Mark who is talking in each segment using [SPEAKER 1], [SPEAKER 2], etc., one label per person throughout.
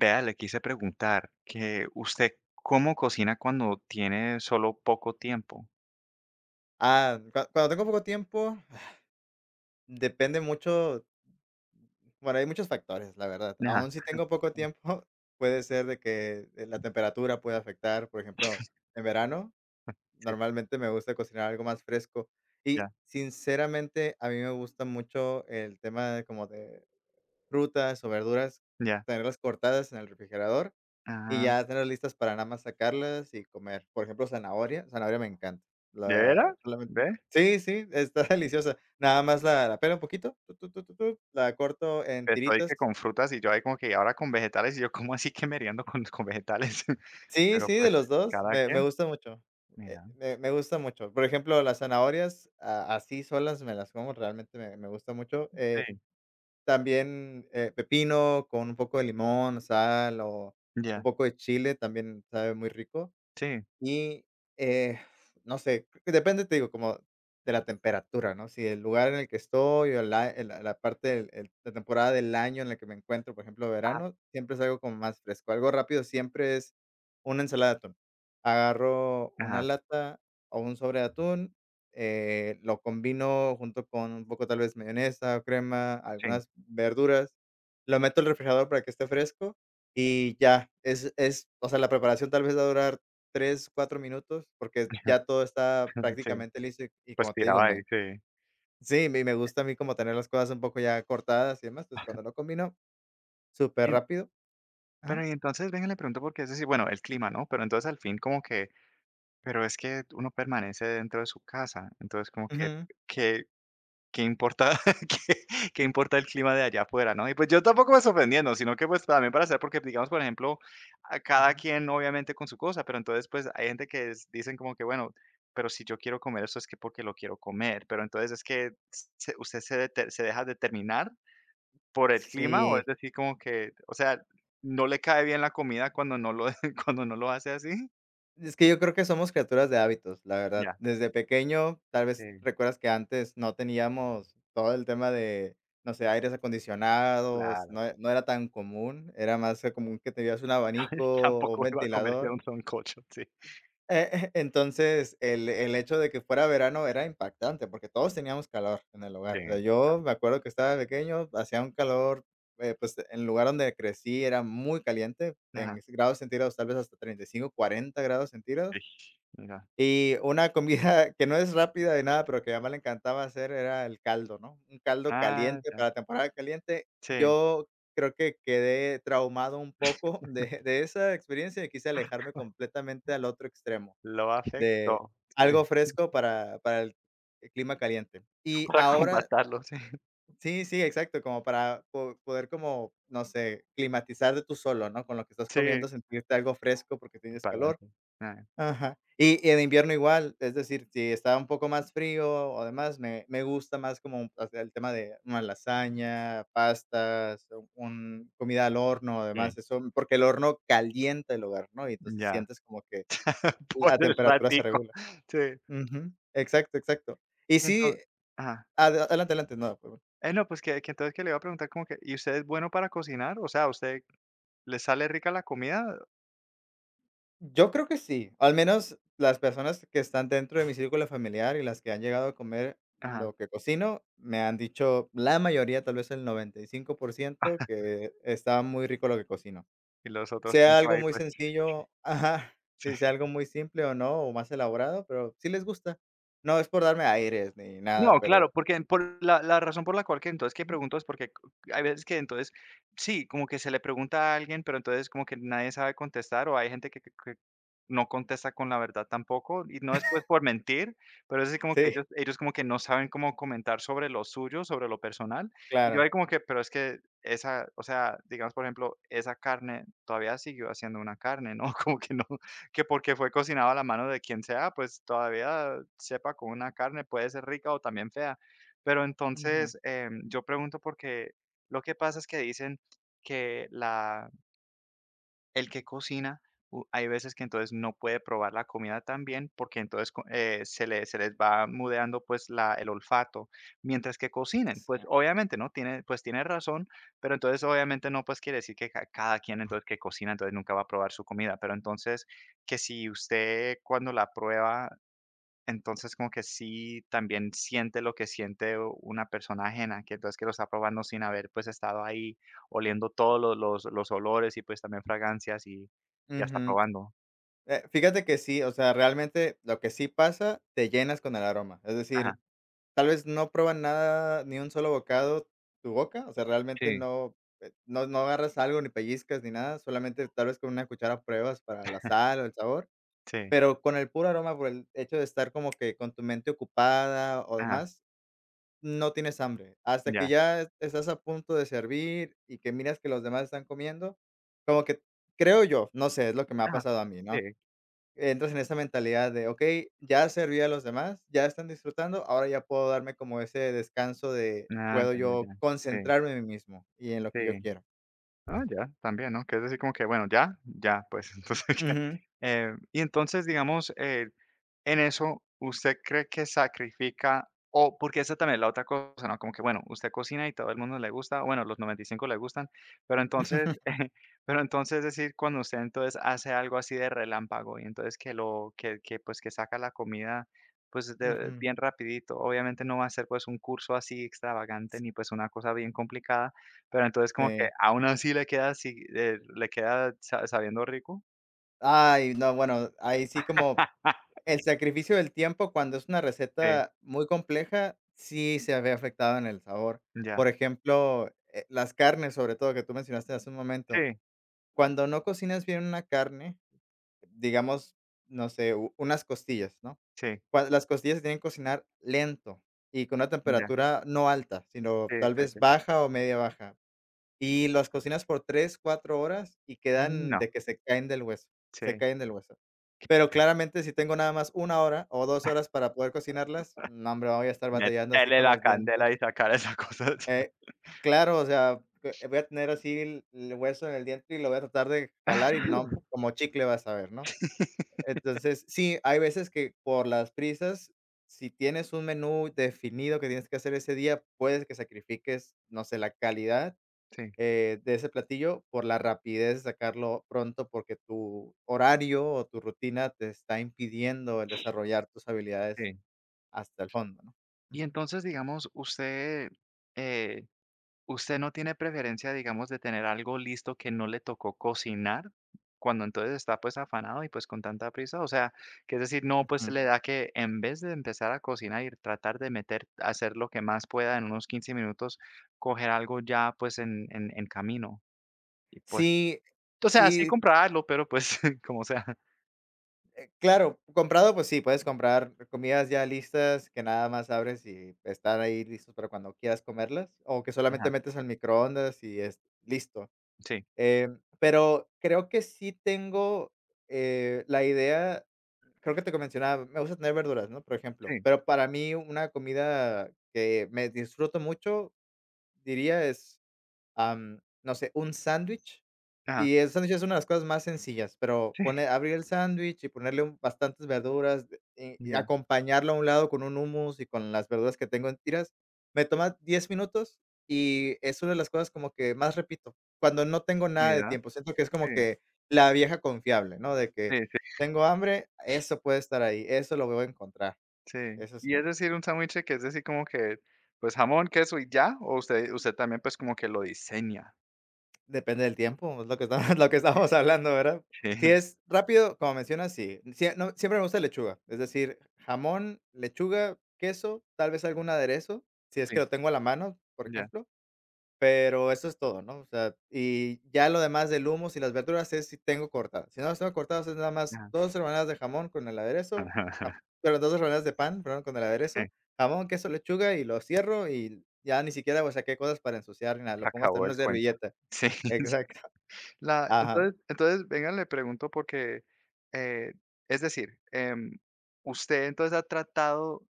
[SPEAKER 1] Vea, le quise preguntar que usted cómo cocina cuando tiene solo poco tiempo.
[SPEAKER 2] Ah, cuando tengo poco tiempo, depende mucho, bueno, hay muchos factores, la verdad.
[SPEAKER 1] Ajá.
[SPEAKER 2] Aún si tengo poco tiempo, puede ser de que la temperatura puede afectar. Por ejemplo, en verano,
[SPEAKER 1] Sí,
[SPEAKER 2] normalmente me gusta cocinar algo más fresco. Y
[SPEAKER 1] ya,
[SPEAKER 2] sinceramente, a mí me gusta mucho el tema de como de frutas o verduras,
[SPEAKER 1] ya.
[SPEAKER 2] tenerlas cortadas en el refrigerador y
[SPEAKER 1] Ah,
[SPEAKER 2] ya tener listas para nada más sacarlas y comer. Por ejemplo, zanahoria, zanahoria me encanta.
[SPEAKER 1] ¿de
[SPEAKER 2] La
[SPEAKER 1] veras?
[SPEAKER 2] solamente.
[SPEAKER 1] ¿Ve?
[SPEAKER 2] Sí, sí, está deliciosa. Nada más la pelo un poquito, la corto en
[SPEAKER 1] Empezó ahí que
[SPEAKER 2] tiritas.
[SPEAKER 1] con frutas y yo ahí como que, ¿y ahora con vegetales? Y yo, ¿cómo así que meriendo con vegetales?
[SPEAKER 2] Sí,
[SPEAKER 1] Pero
[SPEAKER 2] sí,
[SPEAKER 1] pues,
[SPEAKER 2] de los 2
[SPEAKER 1] cada
[SPEAKER 2] me
[SPEAKER 1] quien,
[SPEAKER 2] gusta mucho, eh,
[SPEAKER 1] mira.
[SPEAKER 2] me me gusta mucho. Por ejemplo, las zanahorias, a así solas me las como, realmente me gusta mucho. Eh,
[SPEAKER 1] Sí,
[SPEAKER 2] también, pepino con un poco de limón, sal o un
[SPEAKER 1] ya,
[SPEAKER 2] poco de chile, también sabe muy rico.
[SPEAKER 1] sí.
[SPEAKER 2] Y, eh, no sé, creo que depende, te digo, como de la temperatura, ¿no? Si el lugar en el que estoy o la parte del el la temporada del año en la que me encuentro, por ejemplo,
[SPEAKER 1] Ah,
[SPEAKER 2] verano, siempre es algo como más fresco. Algo rápido siempre es una ensalada de atún. Agarro una
[SPEAKER 1] ajá,
[SPEAKER 2] lata o un sobre de atún, lo combino junto con un poco, tal vez, mayonesa o crema,
[SPEAKER 1] sí.
[SPEAKER 2] algunas verduras, lo meto al refrigerador para que esté fresco y ya. Es, o sea, la preparación tal vez va a durar 3 4 minutos, porque ya todo está
[SPEAKER 1] Sí,
[SPEAKER 2] prácticamente listo y
[SPEAKER 1] pues
[SPEAKER 2] como te digo,
[SPEAKER 1] tiraba ahí,
[SPEAKER 2] me
[SPEAKER 1] sí.
[SPEAKER 2] sí, me gusta a mí como tener las cosas un poco ya cortadas y demás, entonces, cuando lo combino,
[SPEAKER 1] Y-
[SPEAKER 2] superrápido. Ajá.
[SPEAKER 1] pero y entonces, venga, le pregunto porque es decir, bueno, el clima, ¿no? Pero entonces al fin como que pero es que uno permanece dentro de su casa, entonces como que,
[SPEAKER 2] Ujú,
[SPEAKER 1] ¿Qué qué importa qué qué importa el clima de allá afuera, ¿no? Y pues yo tampoco me estoy ofendiendo, sino que pues también para saber, porque digamos, por ejemplo, a cada
[SPEAKER 2] ujú.
[SPEAKER 1] quien obviamente con su cosa, pero entonces pues hay gente que es dicen como que bueno, pero si yo quiero comer eso es que porque lo quiero comer, pero entonces es que se usted se deja determinar por el clima, o
[SPEAKER 2] Sí,
[SPEAKER 1] es decir como que, o sea, ¿no le cae bien la comida cuando no lo cuando no lo hace así?
[SPEAKER 2] es que yo creo que somos criaturas de hábitos, la verdad.
[SPEAKER 1] Ya, sí,
[SPEAKER 2] Desde pequeño, tal vez
[SPEAKER 1] sí,
[SPEAKER 2] recuerdas que antes no teníamos todo el tema de, no sé, aires acondicionados,
[SPEAKER 1] claro.
[SPEAKER 2] no era tan común, era más común que tenías un abanico o un
[SPEAKER 1] Tampoco iba a comerse
[SPEAKER 2] ventilador.
[SPEAKER 1] un sancocho, sí.
[SPEAKER 2] Entonces, el hecho de que fuera verano era impactante, porque todos teníamos calor en el
[SPEAKER 1] Sí.
[SPEAKER 2] hogar. O sea, yo me acuerdo que estaba pequeño, hacía un calor, pues, en el lugar donde crecí era muy caliente,
[SPEAKER 1] Nada,
[SPEAKER 2] en grados centígrados, tal vez hasta 35, 40 grados centígrados.
[SPEAKER 1] ish, mira.
[SPEAKER 2] Y una comida que no es rápida de nada, pero que a mi mamá le encantaba hacer era el caldo, ¿no? Un caldo
[SPEAKER 1] Ah,
[SPEAKER 2] caliente
[SPEAKER 1] ya.
[SPEAKER 2] para temporada caliente.
[SPEAKER 1] Sí,
[SPEAKER 2] Yo creo que quedé traumado un poco de esa experiencia y quise alejarme completamente al otro extremo.
[SPEAKER 1] lo
[SPEAKER 2] De
[SPEAKER 1] afectó, sí,
[SPEAKER 2] algo fresco para el clima caliente. Y
[SPEAKER 1] para
[SPEAKER 2] ahora
[SPEAKER 1] combatarlo, sí,
[SPEAKER 2] sí, sí, exacto, como para po poder como, no sé, climatizarte tú solo, ¿no? Con lo que estás
[SPEAKER 1] sí,
[SPEAKER 2] comiendo, sentirte algo fresco porque tienes calor.
[SPEAKER 1] pa'lante. Ah,
[SPEAKER 2] Ajá. Y en invierno igual, es decir, si está un poco más frío o demás, me gusta más como hacia el tema de una lasaña, pastas, comida al horno
[SPEAKER 1] sí.
[SPEAKER 2] además eso, porque el horno calienta el hogar, ¿no? Y entonces
[SPEAKER 1] Ya,
[SPEAKER 2] sientes como que
[SPEAKER 1] por
[SPEAKER 2] la
[SPEAKER 1] el
[SPEAKER 2] temperatura se
[SPEAKER 1] ratico,
[SPEAKER 2] regula.
[SPEAKER 1] sí.
[SPEAKER 2] Ujú. Exacto, exacto. Y
[SPEAKER 1] Y
[SPEAKER 2] sí,
[SPEAKER 1] enton ajá.
[SPEAKER 2] ada adelante, adelante, no, perdón.
[SPEAKER 1] No, pues que entonces que le iba a preguntar como que, ¿y usted es bueno para cocinar? O sea, ¿a usted le sale rica la comida?
[SPEAKER 2] Yo creo que sí, al menos las personas que están dentro de mi círculo familiar y las que han llegado a comer
[SPEAKER 1] Ajá,
[SPEAKER 2] lo que cocino, me han dicho la mayoría, tal vez el 95% que está muy rico lo que cocino.
[SPEAKER 1] y los otros
[SPEAKER 2] Sea
[SPEAKER 1] 5
[SPEAKER 2] algo
[SPEAKER 1] ahí,
[SPEAKER 2] muy
[SPEAKER 1] pues,
[SPEAKER 2] sencillo, ajá, sí,
[SPEAKER 1] sí.
[SPEAKER 2] sea algo muy simple o no, o más elaborado, pero sí les gusta. No es por darme aires ni nada,
[SPEAKER 1] No,
[SPEAKER 2] pero
[SPEAKER 1] claro, porque por la razón por la cual que entonces que pregunto es porque hay veces que entonces, sí, como que se le pregunta a alguien, pero entonces como que nadie sabe contestar, o hay gente que no contesta con la verdad tampoco, y no es pues por mentir, pero es así como que
[SPEAKER 2] sí,
[SPEAKER 1] ellos como que no saben cómo comentar sobre lo suyo, sobre lo personal, y yo
[SPEAKER 2] claro.
[SPEAKER 1] ahí como que, pero es que esa, o sea, digamos, por ejemplo, esa carne todavía siguió haciendo una carne, ¿no? Como que no, que porque fue cocinado a la mano de quien sea, pues todavía sepa con una carne, puede ser rica o también fea. Pero
[SPEAKER 2] Ujú.
[SPEAKER 1] entonces, yo pregunto porque lo que pasa es que dicen que la el que cocina, u hay veces que entonces no puede probar la comida tan bien, porque entonces co se le se les va mudeando, pues, la el olfato, mientras que cocinen, pues,
[SPEAKER 2] Sí.
[SPEAKER 1] obviamente, ¿no? Tiene pues, tiene razón, pero entonces, obviamente, no, pues, quiere decir que ca cada quien, entonces, que cocina, entonces, nunca va a probar su comida, pero entonces, que si usted cuando la prueba entonces, como que sí también siente lo que siente una persona ajena, que entonces que lo está probando sin haber, pues, estado ahí oliendo todos los los olores y, pues, también fragancias y ya está
[SPEAKER 2] Ujú.
[SPEAKER 1] probando.
[SPEAKER 2] Fíjate que sí, o sea, realmente lo que sí pasa, te llenas con el aroma. Es
[SPEAKER 1] Ajá,
[SPEAKER 2] decir, tal vez no pruebas nada, ni un solo bocado tu boca, o sea, realmente
[SPEAKER 1] sí,
[SPEAKER 2] no, no agarras algo, ni pellizcas, ni nada, solamente tal vez con una cuchara pruebas para la sal o el sabor,
[SPEAKER 1] sí,
[SPEAKER 2] pero con el puro aroma, por el hecho de estar como que con tu mente ocupada o
[SPEAKER 1] ajá,
[SPEAKER 2] demás, no tienes hambre. Hasta que
[SPEAKER 1] ya,
[SPEAKER 2] ya estás a punto de servir y que miras que los demás están comiendo, como que creo yo, no sé, es lo que me ha
[SPEAKER 1] ajá,
[SPEAKER 2] pasado a mí,
[SPEAKER 1] sí.
[SPEAKER 2] ¿no? Entras en esa mentalidad de: "Okey, ya serví a los demás, ya están disfrutando, ahora ya puedo darme como ese descanso de
[SPEAKER 1] Ah,
[SPEAKER 2] puedo
[SPEAKER 1] ya, ya,
[SPEAKER 2] yo
[SPEAKER 1] ya. Sí,
[SPEAKER 2] concentrarme en mí mismo y en lo que yo
[SPEAKER 1] sí.
[SPEAKER 2] quiero".
[SPEAKER 1] Ah, ya, también, ¿no? Que es decir, como que, bueno, ya, ya, pues, entonces, que,
[SPEAKER 2] Ujú.
[SPEAKER 1] y entonces, digamos, en eso, ¿usted cree que sacrifica? O, porque esa también es la otra cosa, ¿no? Como que, bueno, usted cocina y todo el mundo le gusta, bueno, los 95 le gustan, pero entonces, pero entonces, es decir, cuando usted entonces hace algo así de relámpago y entonces que lo, que pues que saca la comida, pues
[SPEAKER 2] Ujú.
[SPEAKER 1] bien rapidito, obviamente no va a ser pues un curso así extravagante ni pues una cosa bien complicada, pero entonces como que
[SPEAKER 2] Sí.
[SPEAKER 1] aún así, le queda sa sabiendo rico.
[SPEAKER 2] Ay, no, bueno, ahí sí como
[SPEAKER 1] Ah,
[SPEAKER 2] el sacrificio del tiempo cuando es una
[SPEAKER 1] sí,
[SPEAKER 2] receta muy compleja, sí se ve afectado en el sabor.
[SPEAKER 1] ya.
[SPEAKER 2] Por ejemplo, las carnes, sobre todo, que tú mencionaste hace un momento.
[SPEAKER 1] Sí,
[SPEAKER 2] Cuando no cocinas bien una carne, digamos, no sé, u unas costillas, ¿no?
[SPEAKER 1] sí,
[SPEAKER 2] Cua Las costillas se tienen que cocinar lento y con una
[SPEAKER 1] ya.
[SPEAKER 2] temperatura no alta, sino
[SPEAKER 1] Sí,
[SPEAKER 2] tal
[SPEAKER 1] sí,
[SPEAKER 2] vez
[SPEAKER 1] sí.
[SPEAKER 2] baja o media baja. Y las cocinas por 3 4 horas y quedan
[SPEAKER 1] No,
[SPEAKER 2] de que se caen del hueso, se
[SPEAKER 1] sí.
[SPEAKER 2] caen del hueso. Pero claramente, si tengo nada más 1 hora o 2 horas para poder cocinarlas, no, hombre, voy a estar batallando así
[SPEAKER 1] Meterle
[SPEAKER 2] con
[SPEAKER 1] la
[SPEAKER 2] los
[SPEAKER 1] candela
[SPEAKER 2] dientes.
[SPEAKER 1] y sacar esa cosa.
[SPEAKER 2] Eh, claro, o sea, que voy a tener así el hueso en el diente y lo voy a tratar de calar y no, como chicle vas a ver, ¿no? Entonces, sí, hay veces que por las prisas, si tienes un menú definido que tienes que hacer ese día, puedes que sacrifiques, no sé, la calidad,
[SPEAKER 1] Sí,
[SPEAKER 2] de ese platillo por la rapidez de sacarlo pronto, porque tu horario o tu rutina te está impidiendo el desarrollar tus habilidades
[SPEAKER 1] sí.
[SPEAKER 2] hasta el fondo, ¿no?
[SPEAKER 1] Y
[SPEAKER 2] Ujú,
[SPEAKER 1] entonces, digamos, usted, eh ¿usted no tiene preferencia, digamos, de tener algo listo que no le tocó cocinar? Cuando entonces está, pues, afanado y, pues, con tanta prisa, o sea, que es decir, no, pues,
[SPEAKER 2] ujú.
[SPEAKER 1] le da que en vez de empezar a cocinar y tratar de meter hacer lo que más pueda en unos 15 minutos, coger algo ya, pues, en en camino y, pues,
[SPEAKER 2] Sí,
[SPEAKER 1] o sea, sí
[SPEAKER 2] sí.
[SPEAKER 1] comprarlo, pero, pues, como sea.
[SPEAKER 2] Claro, comprado, pues sí, puedes comprar comidas ya listas que nada más abres y están ahí listos para cuando quieras comerlas, o que
[SPEAKER 1] Ajá,
[SPEAKER 2] solamente metes al microondas y es listo.
[SPEAKER 1] sí,
[SPEAKER 2] Pero creo que sí tengo, la idea, creo que te mencionaba, me gusta tener verduras, ¿no? Por ejemplo,
[SPEAKER 1] sí,
[SPEAKER 2] pero para mí una comida que me disfruto mucho, diría es, no sé, un sándwich
[SPEAKER 1] ajá,
[SPEAKER 2] y el sándwich es una de las cosas más sencillas, pero pone abrir el sándwich y ponerle un bastantes verduras, y
[SPEAKER 1] ya,
[SPEAKER 2] acompañarlo a un lado con un hummus y con las verduras que tengo en tiras, me toma 10 minutos y es una de las cosas como que más repito, cuando no tengo nada de
[SPEAKER 1] mira,
[SPEAKER 2] tiempo. Siento que es como
[SPEAKER 1] sí,
[SPEAKER 2] que la vieja confiable, ¿no? De que
[SPEAKER 1] sí.
[SPEAKER 2] tengo hambre, eso puede estar ahí, eso lo voy a encontrar,
[SPEAKER 1] Sí,
[SPEAKER 2] eso
[SPEAKER 1] y
[SPEAKER 2] sí.
[SPEAKER 1] es decir, un sándwich que es decir como que, pues, jamón, queso y ya, o usted también, pues, como que lo diseña.
[SPEAKER 2] Depende del tiempo, es lo que
[SPEAKER 1] Ya.
[SPEAKER 2] estamos lo que estábamos hablando, ¿verdad?
[SPEAKER 1] Sí,
[SPEAKER 2] Si es rápido, como mencionas, sí. Sie no, siempre me gusta lechuga, es decir, jamón, lechuga, queso, tal vez algún aderezo, si es
[SPEAKER 1] sí,
[SPEAKER 2] que lo tengo a la mano, por
[SPEAKER 1] ya.
[SPEAKER 2] ejemplo, pero eso es todo, ¿no? O sea, y ya lo demás del hummus y las verduras es si tengo cortadas. Si no las tengo cortadas, es nada más
[SPEAKER 1] Ajá.
[SPEAKER 2] 2 rebanadas de jamón con el aderezo, ja perdón, 2 rebanadas de pan, perdón, con el
[SPEAKER 1] Sí,
[SPEAKER 2] aderezo, jamón, queso, lechuga y lo cierro y ya ni siquiera, o sea, qué cosas para ensuciar ni nada,
[SPEAKER 1] se
[SPEAKER 2] lo pongo hasta en
[SPEAKER 1] acabó
[SPEAKER 2] una
[SPEAKER 1] el cuento.
[SPEAKER 2] servilleta.
[SPEAKER 1] Sí, sí.
[SPEAKER 2] Exacto.
[SPEAKER 1] La
[SPEAKER 2] Ajá.
[SPEAKER 1] entonces, venga, le pregunto porque, eh, es decir, usted entonces ha tratado.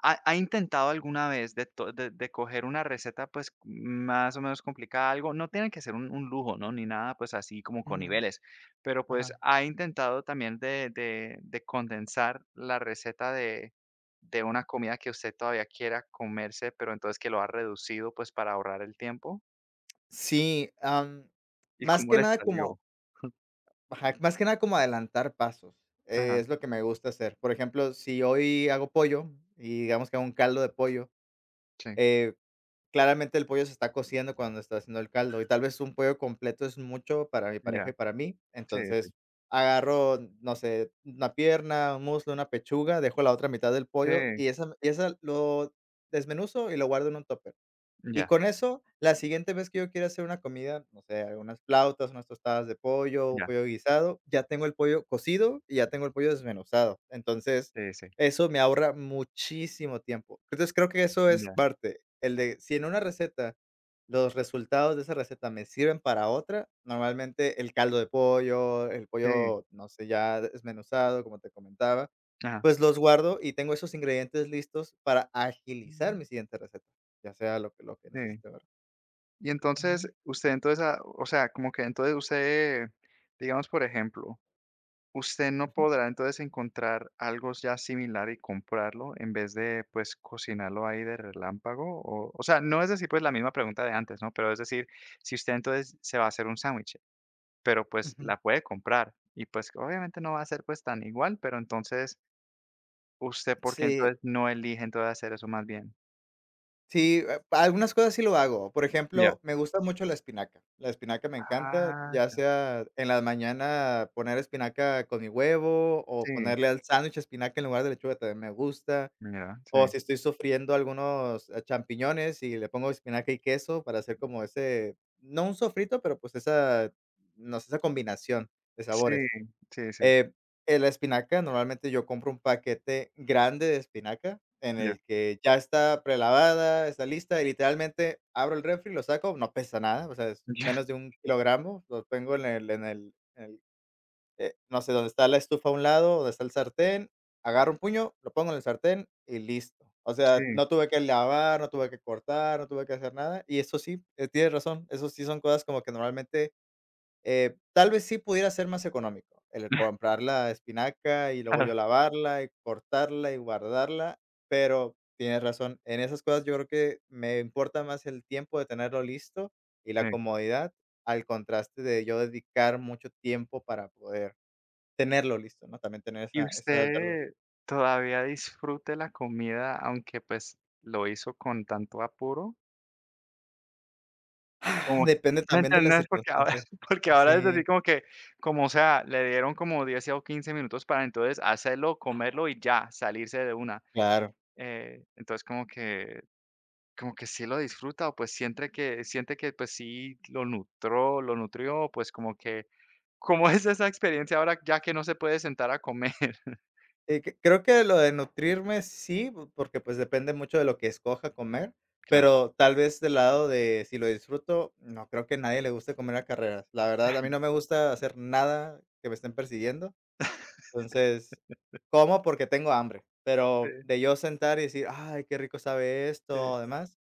[SPEAKER 1] Ha intentado alguna vez de to de coger una receta, pues, más o menos complicada, algo? No tiene que ser un lujo, ¿no? Ni nada, pues, así como con
[SPEAKER 2] Ujú,
[SPEAKER 1] niveles, pero, pues,
[SPEAKER 2] ajá.
[SPEAKER 1] ¿ha intentado también de de condensar la receta de una comida que usted todavía quiera comerse, pero entonces que lo ha reducido, pues, para ahorrar el tiempo?
[SPEAKER 2] Sí, am,
[SPEAKER 1] ¿Y
[SPEAKER 2] más
[SPEAKER 1] cómo
[SPEAKER 2] que
[SPEAKER 1] le
[SPEAKER 2] nada como
[SPEAKER 1] salió?
[SPEAKER 2] ajá, más que nada como adelantar pasos,
[SPEAKER 1] Ajá,
[SPEAKER 2] es lo que me gusta hacer. Por ejemplo, si hoy hago pollo y digamos que hago un caldo de pollo,
[SPEAKER 1] sí,
[SPEAKER 2] eh, claramente el pollo se está cociendo cuando está haciendo el caldo, y tal vez un pollo completo es mucho para mi
[SPEAKER 1] ya,
[SPEAKER 2] pareja y para mí.
[SPEAKER 1] sí, sí,
[SPEAKER 2] Entonces, agarro, no sé, una pierna, un muslo, una pechuga, dejo la otra mitad del pollo
[SPEAKER 1] sí,
[SPEAKER 2] y esa lo desmenuzo y lo guardo en un tupper. Y
[SPEAKER 1] ya,
[SPEAKER 2] con eso, la siguiente vez que yo quiera hacer una comida, no sé, algunas flautas, unas tostadas de pollo, un
[SPEAKER 1] ya,
[SPEAKER 2] pollo guisado, ya tengo el pollo cocido y ya tengo el pollo desmenuzado. Entonces,
[SPEAKER 1] sí, sí,
[SPEAKER 2] eso me ahorra muchísimo tiempo. Entonces, creo que eso es
[SPEAKER 1] ya,
[SPEAKER 2] parte, el de si en una receta los resultados de esa receta me sirven para otra, normalmente el caldo de pollo, el
[SPEAKER 1] sí,
[SPEAKER 2] pollo, no sé, ya desmenuzado, como te comentaba,
[SPEAKER 1] ajá,
[SPEAKER 2] pues los guardo y tengo esos ingredientes listos para agilizar mi siguiente receta. Ya sea lo que
[SPEAKER 1] sí.
[SPEAKER 2] necesite, ¿verdad?
[SPEAKER 1] Y entonces,
[SPEAKER 2] Ujú,
[SPEAKER 1] usted entonces, ah, o sea, como que entonces usted, digamos, por ejemplo, usted no
[SPEAKER 2] ujú,
[SPEAKER 1] podrá entonces encontrar algo ya similar y comprarlo en vez de, pues, cocinarlo ahí de relámpago, o sea, no es decir, pues, la misma pregunta de antes, ¿no? Pero es decir, si usted entonces se va a hacer un sándwich, pero, pues,
[SPEAKER 2] ujú.
[SPEAKER 1] la puede comprar y, pues, obviamente no va a ser, pues, tan igual, pero entonces, ¿usted por qué
[SPEAKER 2] Sí,
[SPEAKER 1] entonces no elige entonces hacer eso más bien?
[SPEAKER 2] sí, algunas cosas sí lo hago. Por
[SPEAKER 1] Ya.
[SPEAKER 2] ejemplo, me gusta mucho la espinaca. La espinaca me encanta, ya
[SPEAKER 1] Ah,
[SPEAKER 2] sea en la mañana poner espinaca con mi huevo, o
[SPEAKER 1] sí,
[SPEAKER 2] ponerle al sándwich espinaca en lugar de lechuga, también me gusta.
[SPEAKER 1] mira, sí.
[SPEAKER 2] O si estoy sofriendo algunos, champiñones y le pongo espinaca y queso para hacer como ese, no un sofrito, pero pues esa, no sé, esa combinación de
[SPEAKER 1] Sí,
[SPEAKER 2] sabores.
[SPEAKER 1] sí, sí,
[SPEAKER 2] Eh, la espinaca, normalmente yo compro un paquete grande de espinaca, en
[SPEAKER 1] ya.
[SPEAKER 2] el que ya está prelavada, está lista, y literalmente abro el refri, lo saco, no pesa nada, o sea, es
[SPEAKER 1] Ya,
[SPEAKER 2] menos de un kilogramo, lo tengo no sé, donde está la estufa a un lado, donde está el sartén, agarro un puño, lo pongo en el sartén y listo. O sea,
[SPEAKER 1] sí,
[SPEAKER 2] no tuve que lavar, no tuve que cortar, no tuve que hacer nada, y eso sí, tienes razón, eso sí son cosas como que normalmente tal vez sí pudiera ser más económico el comprar la espinaca y luego
[SPEAKER 1] claro,
[SPEAKER 2] yo lavarla y cortarla y guardarla, pero tienes razón. En esas cosas yo creo que me importa más el tiempo de tenerlo listo y la
[SPEAKER 1] sí.
[SPEAKER 2] comodidad al contraste de yo dedicar mucho tiempo para poder tenerlo listo, ¿no? También tener
[SPEAKER 1] ¿Y
[SPEAKER 2] esa verdura.
[SPEAKER 1] usted todavía disfrute la comida, aunque, pues, lo hizo con tanto apuro? Como que,
[SPEAKER 2] Depende
[SPEAKER 1] ¿me
[SPEAKER 2] también de las
[SPEAKER 1] entendés? Porque ahora
[SPEAKER 2] circunstancias.
[SPEAKER 1] porque ahora es así
[SPEAKER 2] Sí,
[SPEAKER 1] como que, como, o sea, le dieron como 10 o 15 minutos para entonces hacerlo, comerlo y ya, salirse de una.
[SPEAKER 2] claro.
[SPEAKER 1] Entonces como que sí lo disfruta o, pues, siente que, pues, sí lo nutró lo nutrió, pues, como que ¿cómo es esa experiencia ahora ya que no se puede sentar a comer?
[SPEAKER 2] Creo que lo de nutrirme sí, porque, pues, depende mucho de lo que escoja comer,
[SPEAKER 1] Claro.
[SPEAKER 2] pero tal vez del lado de si lo disfruto, no creo que nadie le guste comer a carreras. La verdad, a mí no me gusta hacer nada que me estén persiguiendo, entonces, como porque tengo hambre, pero
[SPEAKER 1] Sí,
[SPEAKER 2] de yo sentar y decir: "Ay, qué rico sabe
[SPEAKER 1] sí,
[SPEAKER 2] esto", además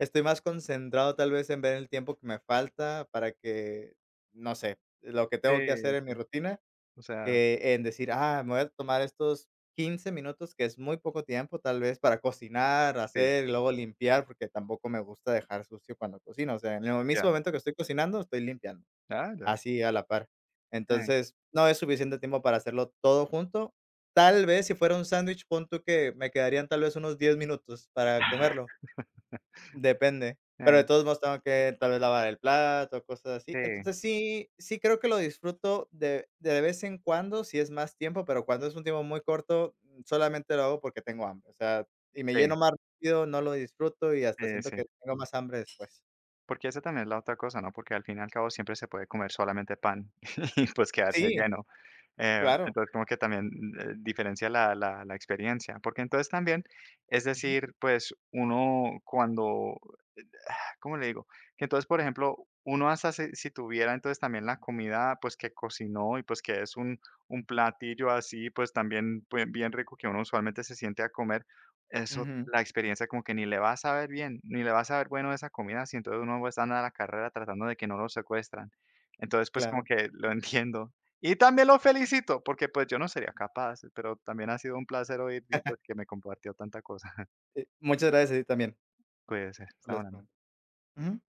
[SPEAKER 2] estoy más concentrado tal vez en ver el tiempo que me falta para que, no sé, lo que
[SPEAKER 1] sí,
[SPEAKER 2] tengo que hacer en mi
[SPEAKER 1] sí,
[SPEAKER 2] rutina.
[SPEAKER 1] o sea,
[SPEAKER 2] En decir: "Ah, me voy a tomar estos 15 minutos", que es muy poco tiempo, tal vez, para cocinar,
[SPEAKER 1] sí,
[SPEAKER 2] hacer, y luego limpiar, porque tampoco me gusta dejar sucio cuando cocino, o sea, en el mismo
[SPEAKER 1] ya,
[SPEAKER 2] momento que estoy cocinando, estoy limpiando,
[SPEAKER 1] ah, ya,
[SPEAKER 2] así a la par.
[SPEAKER 1] eh,
[SPEAKER 2] Entonces, no es suficiente tiempo para hacerlo todo junto. Tal vez, si fuera un sándwich, pon tú que me quedarían, tal vez, unos 10 minutos para comerlo. Depende, pero de
[SPEAKER 1] eh,
[SPEAKER 2] todos modos tengo que tal vez lavar el plato, cosas así.
[SPEAKER 1] sí,
[SPEAKER 2] Entonces sí creo que lo disfruto de vez en cuando, si es más tiempo, pero cuando es un tiempo muy corto, solamente lo hago porque tengo hambre, o sea, y me
[SPEAKER 1] sí,
[SPEAKER 2] lleno más rápido, no lo disfruto y
[SPEAKER 1] sí,
[SPEAKER 2] hasta siento
[SPEAKER 1] sí,
[SPEAKER 2] que tengo más hambre después.
[SPEAKER 1] porque esa también es la otra cosa, ¿no? Porque al fin y al cabo siempre se puede comer solamente pan y, pues, quedarse
[SPEAKER 2] Sí,
[SPEAKER 1] lleno,
[SPEAKER 2] claro.
[SPEAKER 1] entonces como que también, diferencia la la experiencia, porque entonces también, es
[SPEAKER 2] Ujú,
[SPEAKER 1] decir, pues, uno cuando ¿cómo le digo? Que entonces, por ejemplo, uno hasta se si tuviera entonces también la comida, pues, que cocinó y, pues, que es un platillo así, pues, también, pues, bien rico que uno usualmente se siente a comer, eso,
[SPEAKER 2] ujú,
[SPEAKER 1] la experiencia como que ni le va a saber bien, ni le va a saber bueno esa comida, si entonces uno pues anda a la carrera tratando de que no lo secuestran. Entonces, pues,
[SPEAKER 2] claro.
[SPEAKER 1] como que lo entiendo. Y también lo felicito, porque, pues, yo no sería capaz, pero también ha sido un placer oír y, pues, que me compartió tanta cosa.
[SPEAKER 2] Muchas gracias a ti también
[SPEAKER 1] Cuídese,
[SPEAKER 2] por las
[SPEAKER 1] estamos hablando.
[SPEAKER 2] preguntas. Ujú.